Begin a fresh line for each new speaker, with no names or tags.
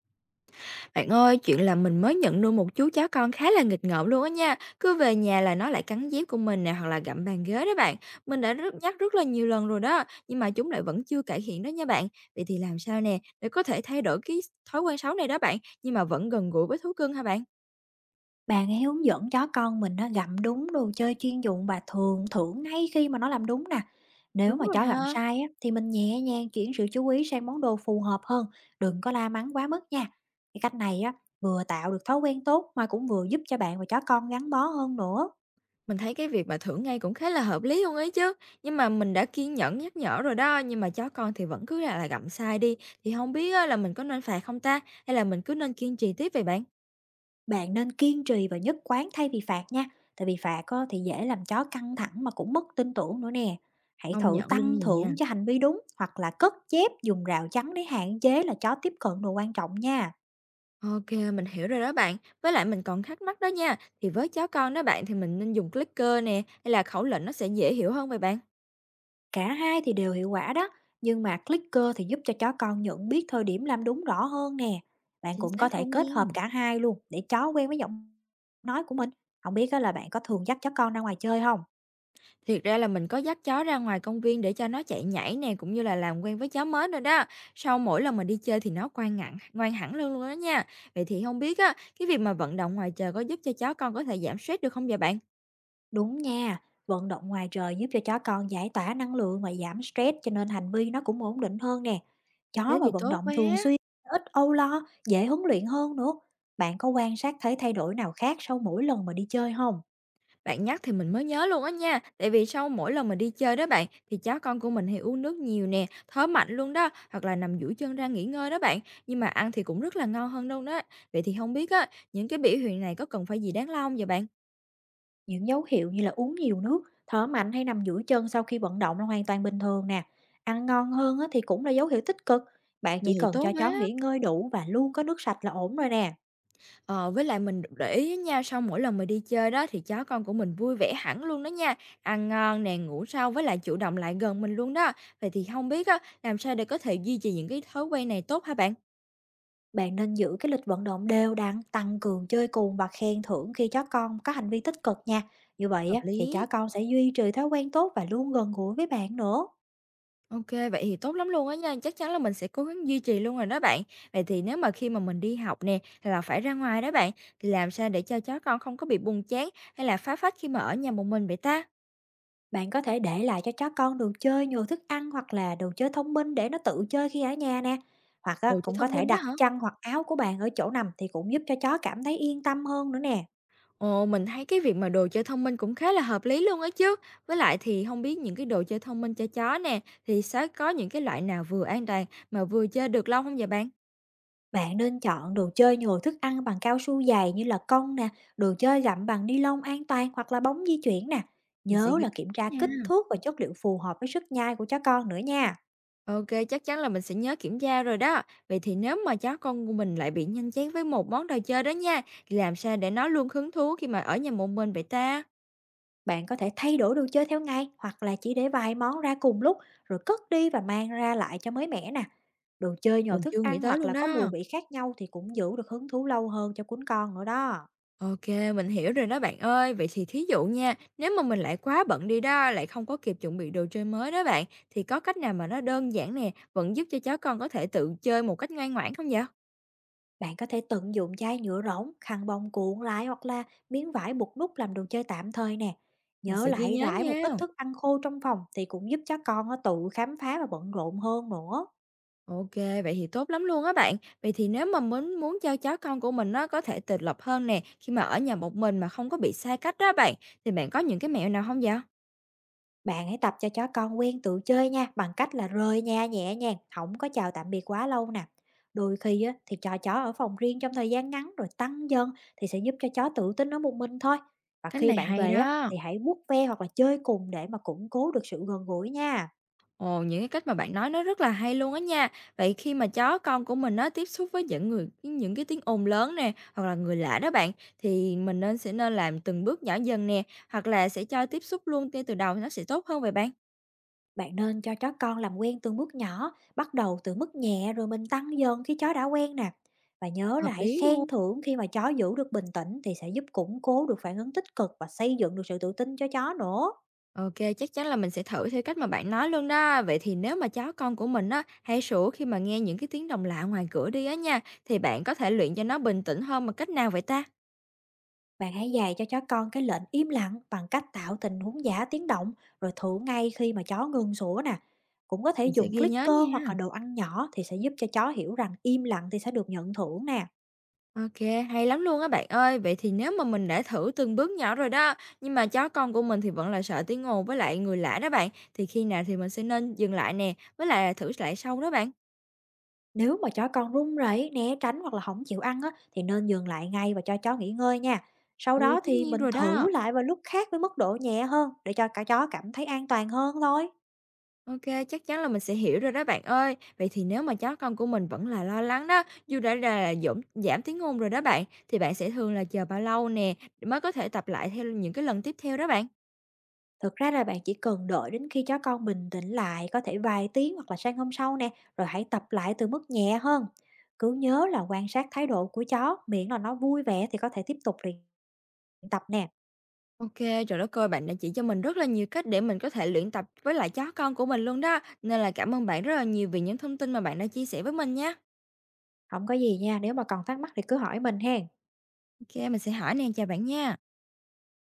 Bạn ơi, chuyện là mình mới nhận nuôi một chú chó con khá là nghịch ngợm luôn á nha. Cứ về nhà là nó lại cắn dép của mình nè, hoặc là gặm bàn ghế đó bạn. Mình đã rất nhắc rất là nhiều lần rồi đó, nhưng mà chúng lại vẫn chưa cải thiện đó nha bạn. Vậy thì làm sao nè để có thể thay đổi cái thói quen xấu này đó bạn, nhưng mà vẫn gần gũi với thú cưng hả bạn?
Bạn ấy hướng dẫn chó con mình nó gặm đúng đồ chơi chuyên dụng và thường thưởng ngay khi mà nó làm đúng nè. Nếu
Đúng
mà
rồi
chó gặm
ha.
sai á, thì mình nhẹ nhàng chuyển sự chú ý sang món đồ phù hợp hơn, đừng có la mắng quá mức nha. Cái cách này á, vừa tạo được thói quen tốt mà cũng vừa giúp cho bạn và chó con gắn bó hơn nữa.
Mình thấy cái việc mà thưởng ngay cũng khá là hợp lý không ấy chứ. Nhưng mà mình đã kiên nhẫn nhắc nhở rồi đó, nhưng mà chó con thì vẫn cứ là gặm sai đi. Thì không biết á, là mình có nên phạt không ta, hay là mình cứ nên kiên trì tiếp vậy bạn?
Bạn nên kiên trì và nhất quán thay vì phạt nha, tại vì phạt á, thì dễ làm chó căng thẳng mà cũng mất tin tưởng nữa nè. Hãy
Công
thử
nhận luôn
tăng
nhỉ.
thưởng cho hành vi đúng hoặc là cất chép dùng rào chắn để hạn chế là chó tiếp cận đồ quan trọng nha.
OK, mình hiểu rồi đó bạn. Với lại mình còn thắc mắc đó nha, thì với cháu con đó bạn thì mình nên dùng clicker nè, hay là khẩu lệnh nó sẽ dễ hiểu hơn vậy bạn?
Cả hai thì đều hiệu quả đó, nhưng mà clicker thì giúp cho chó con nhận biết thời điểm làm đúng rõ hơn nè. Bạn
Chính
cũng có
xác
thể
luôn
kết hợp
nha.
cả hai luôn để chó quen với giọng nói của mình. Không biết á là bạn có thường dắt chó con ra ngoài chơi không?
Thiệt ra là mình có dắt chó ra ngoài công viên để cho nó chạy nhảy nè, cũng như là làm quen với chó mới rồi đó. Sau mỗi lần mà đi chơi thì nó ngoan ngặn, ngoan hẳn luôn luôn đó nha. Vậy thì không biết á, cái việc mà vận động ngoài trời có giúp cho chó con có thể giảm stress được không vậy bạn?
Đúng nha, vận động ngoài trời giúp cho chó con giải tỏa năng lượng và giảm stress cho nên hành vi nó cũng ổn định hơn nè. Chó
Thế
mà
thì
vận
tốt
động
quá.
thường xuyên, ít âu lo, dễ huấn luyện hơn nữa. Bạn có quan sát thấy thay đổi nào khác sau mỗi lần mà đi chơi không?
Bạn nhắc thì mình mới nhớ luôn á nha, tại vì sau mỗi lần mà đi chơi đó bạn, thì chó con của mình hay uống nước nhiều nè, thở mạnh luôn đó, hoặc là nằm duỗi chân ra nghỉ ngơi đó bạn, nhưng mà ăn thì cũng rất là ngon hơn đâu đó. Vậy thì không biết á, những cái biểu hiện này có cần phải gì đáng lo không vậy bạn?
Những dấu hiệu như là uống nhiều nước, thở mạnh hay nằm duỗi chân sau khi vận động là hoàn toàn bình thường nè. Ăn ngon hơn á, thì cũng là dấu hiệu tích cực. Bạn
Vậy
chỉ
thì
cần
tốt
cho chó
quá.
nghỉ ngơi đủ và luôn có nước sạch là ổn rồi nè.
Ờ, với lại mình để ý á nha, sau mỗi lần mà đi chơi đó thì chó con của mình vui vẻ hẳn luôn đó nha, ăn ngon nè, ngủ sâu với lại chủ động lại gần mình luôn đó. Vậy thì không biết á, làm sao để có thể duy trì những cái thói quen này tốt hả bạn?
Bạn nên giữ cái lịch vận động đều đặn, tăng cường chơi cùng và khen thưởng khi chó con có hành vi tích cực nha. Như vậy
Hợp
á, thì chó
lý.
con sẽ duy trì thói quen tốt và luôn gần gũi với bạn nữa.
OK, vậy thì tốt lắm luôn á nha, chắc chắn là mình sẽ cố gắng duy trì luôn rồi đó bạn. Vậy thì nếu mà khi mà mình đi học nè, hay là phải ra ngoài đó bạn, thì làm sao để cho chó con không có bị buồn chán hay là phá phách khi mà ở nhà một mình vậy ta?
Bạn có thể để lại cho chó con đồ chơi nhồi thức ăn hoặc là đồ chơi thông minh để nó tự chơi khi ở nhà nè. Hoặc
Đồ
á,
chơi
cũng có
thông
thể
minh đó
đặt
hả?
chăn hoặc áo của bạn ở chỗ nằm thì cũng giúp cho chó cảm thấy yên tâm hơn nữa nè.
Ồ, mình thấy cái việc mà đồ chơi thông minh cũng khá là hợp lý luôn á chứ. Với lại thì không biết những cái đồ chơi thông minh cho chó nè, thì sẽ có những cái loại nào vừa an toàn mà vừa chơi được lâu không vậy bạn?
Bạn nên chọn đồ chơi nhồi thức ăn bằng cao su dày như là cong nè, đồ chơi gặm bằng ni lông an toàn hoặc là bóng di chuyển nè.
Mình sẽ
Nhớ
ghi
là kiểm tra
nha.
kích thước và chất liệu phù hợp với sức nhai của chó con nữa nha.
OK, chắc chắn là mình sẽ nhớ kiểm tra rồi đó. Vậy thì nếu mà cháu con của mình lại bị nhanh chán với một món đồ chơi đó nha, thì làm sao để nó luôn hứng thú khi mà ở nhà một mình vậy ta?
Bạn có thể thay đổi đồ chơi theo ngày hoặc là chỉ để vài món ra cùng lúc, rồi cất đi và mang ra lại cho mới mẻ nè. Đồ chơi nhồi
Mình
thức
chưa nghĩ
ăn
tới
hoặc
luôn
là có mùi
đó.
vị khác nhau thì cũng giữ được hứng thú lâu hơn cho cuốn con nữa đó.
OK, mình hiểu rồi đó bạn ơi. Vậy thì thí dụ nha, nếu mà mình lại quá bận đi đó, lại không có kịp chuẩn bị đồ chơi mới đó bạn, thì có cách nào mà nó đơn giản nè, vẫn giúp cho cháu con có thể tự chơi một cách ngoan ngoãn không vậy?
Bạn có thể tận dụng chai nhựa rỗng, khăn bông cuộn lại hoặc là miếng vải buộc nút làm đồ chơi tạm thời nè.
Mình
Nhớ
sẽ ghi
lại
nhớ
rải một ít
nha.
thức ăn khô trong phòng thì cũng giúp cho con nó tự khám phá và bận rộn hơn nữa.
OK, vậy thì tốt lắm luôn á bạn. Vậy thì nếu mà muốn muốn cho cháu con của mình nó có thể tự lập hơn nè, khi mà ở nhà một mình mà không có bị xa cách đó bạn, thì bạn có những cái mẹo nào không vậy?
Bạn hãy tập cho chó con quen tự chơi nha, bằng cách là rời nhà nhẹ nhàng, không có chào tạm biệt quá lâu nè. Đôi khi á, thì cho chó ở phòng riêng trong thời gian ngắn rồi tăng dần thì sẽ giúp cho chó tự tin ở một mình thôi. Và
Cách
khi
này
bạn
hay
về á,
đó.
thì hãy vuốt ve hoặc là chơi cùng để mà củng cố được sự gần gũi nha.
Ồ, những cái cách mà bạn nói nó rất là hay luôn á nha. Vậy khi mà chó con của mình nó tiếp xúc với những người những cái tiếng ồn lớn nè, hoặc là người lạ đó bạn, thì mình sẽ nên làm từng bước nhỏ dần nè, hoặc là sẽ cho tiếp xúc luôn ngay từ đầu thì nó sẽ tốt hơn vậy bạn?
Bạn nên cho chó con làm quen từng bước nhỏ, bắt đầu từ mức nhẹ rồi mình tăng dần khi chó đã quen nè. Và nhớ
Hợp
là hãy
lý luôn.
khen thưởng khi mà chó giữ được bình tĩnh thì sẽ giúp củng cố được phản ứng tích cực và xây dựng được sự tự tin cho chó nữa.
OK, chắc chắn là mình sẽ thử theo cách mà bạn nói luôn đó. Vậy thì nếu mà chó con của mình á, hay sủa khi mà nghe những cái tiếng động lạ ngoài cửa đi á nha, thì bạn có thể luyện cho nó bình tĩnh hơn bằng cách nào vậy ta?
Bạn hãy dạy cho chó con cái lệnh im lặng bằng cách tạo tình huống giả tiếng động, rồi thử ngay khi mà chó ngừng sủa nè. Cũng có thể
Mình sẽ
dùng
ghi nhớ
clicker hoặc
nha.
là đồ ăn nhỏ thì sẽ giúp cho chó hiểu rằng im lặng thì sẽ được nhận thưởng nè.
OK, hay lắm luôn á bạn ơi. Vậy thì nếu mà mình đã thử từng bước nhỏ rồi đó, nhưng mà chó con của mình thì vẫn là sợ tiếng ồn với lại người lạ đó bạn, thì khi nào thì mình sẽ nên dừng lại nè, với lại là thử lại sau đó bạn.
Nếu mà chó con run rẩy, né tránh hoặc là không chịu ăn á, thì nên dừng lại ngay và cho chó nghỉ ngơi nha. Sau
Ừ,
đó
tất
thì
nhiên
mình
rồi đó.
thử lại vào lúc khác với mức độ nhẹ hơn để cho cả chó cảm thấy an toàn hơn thôi.
OK, chắc chắn là mình sẽ hiểu rồi đó bạn ơi. Vậy thì nếu mà chó con của mình vẫn là lo lắng đó, dù đã là giảm giảm tiếng Hung rồi đó bạn, thì bạn sẽ thường là chờ bao lâu nè, mới có thể tập lại theo những cái lần tiếp theo đó bạn?
Thực ra là bạn chỉ cần đợi đến khi chó con bình tĩnh lại, có thể vài tiếng hoặc là sáng hôm sau nè, rồi hãy tập lại từ mức nhẹ hơn. Cứ nhớ là quan sát thái độ của chó, miễn là nó vui vẻ thì có thể tiếp tục luyện tập nè.
OK, trời đất ơi, bạn đã chỉ cho mình rất là nhiều cách để mình có thể luyện tập với lại chó con của mình luôn đó. Nên là cảm ơn bạn rất là nhiều vì những thông tin mà bạn đã chia sẻ với mình nhé.
Không có gì nha, nếu mà còn thắc mắc thì cứ hỏi mình hen.
OK, mình sẽ hỏi nè, chào bạn nha.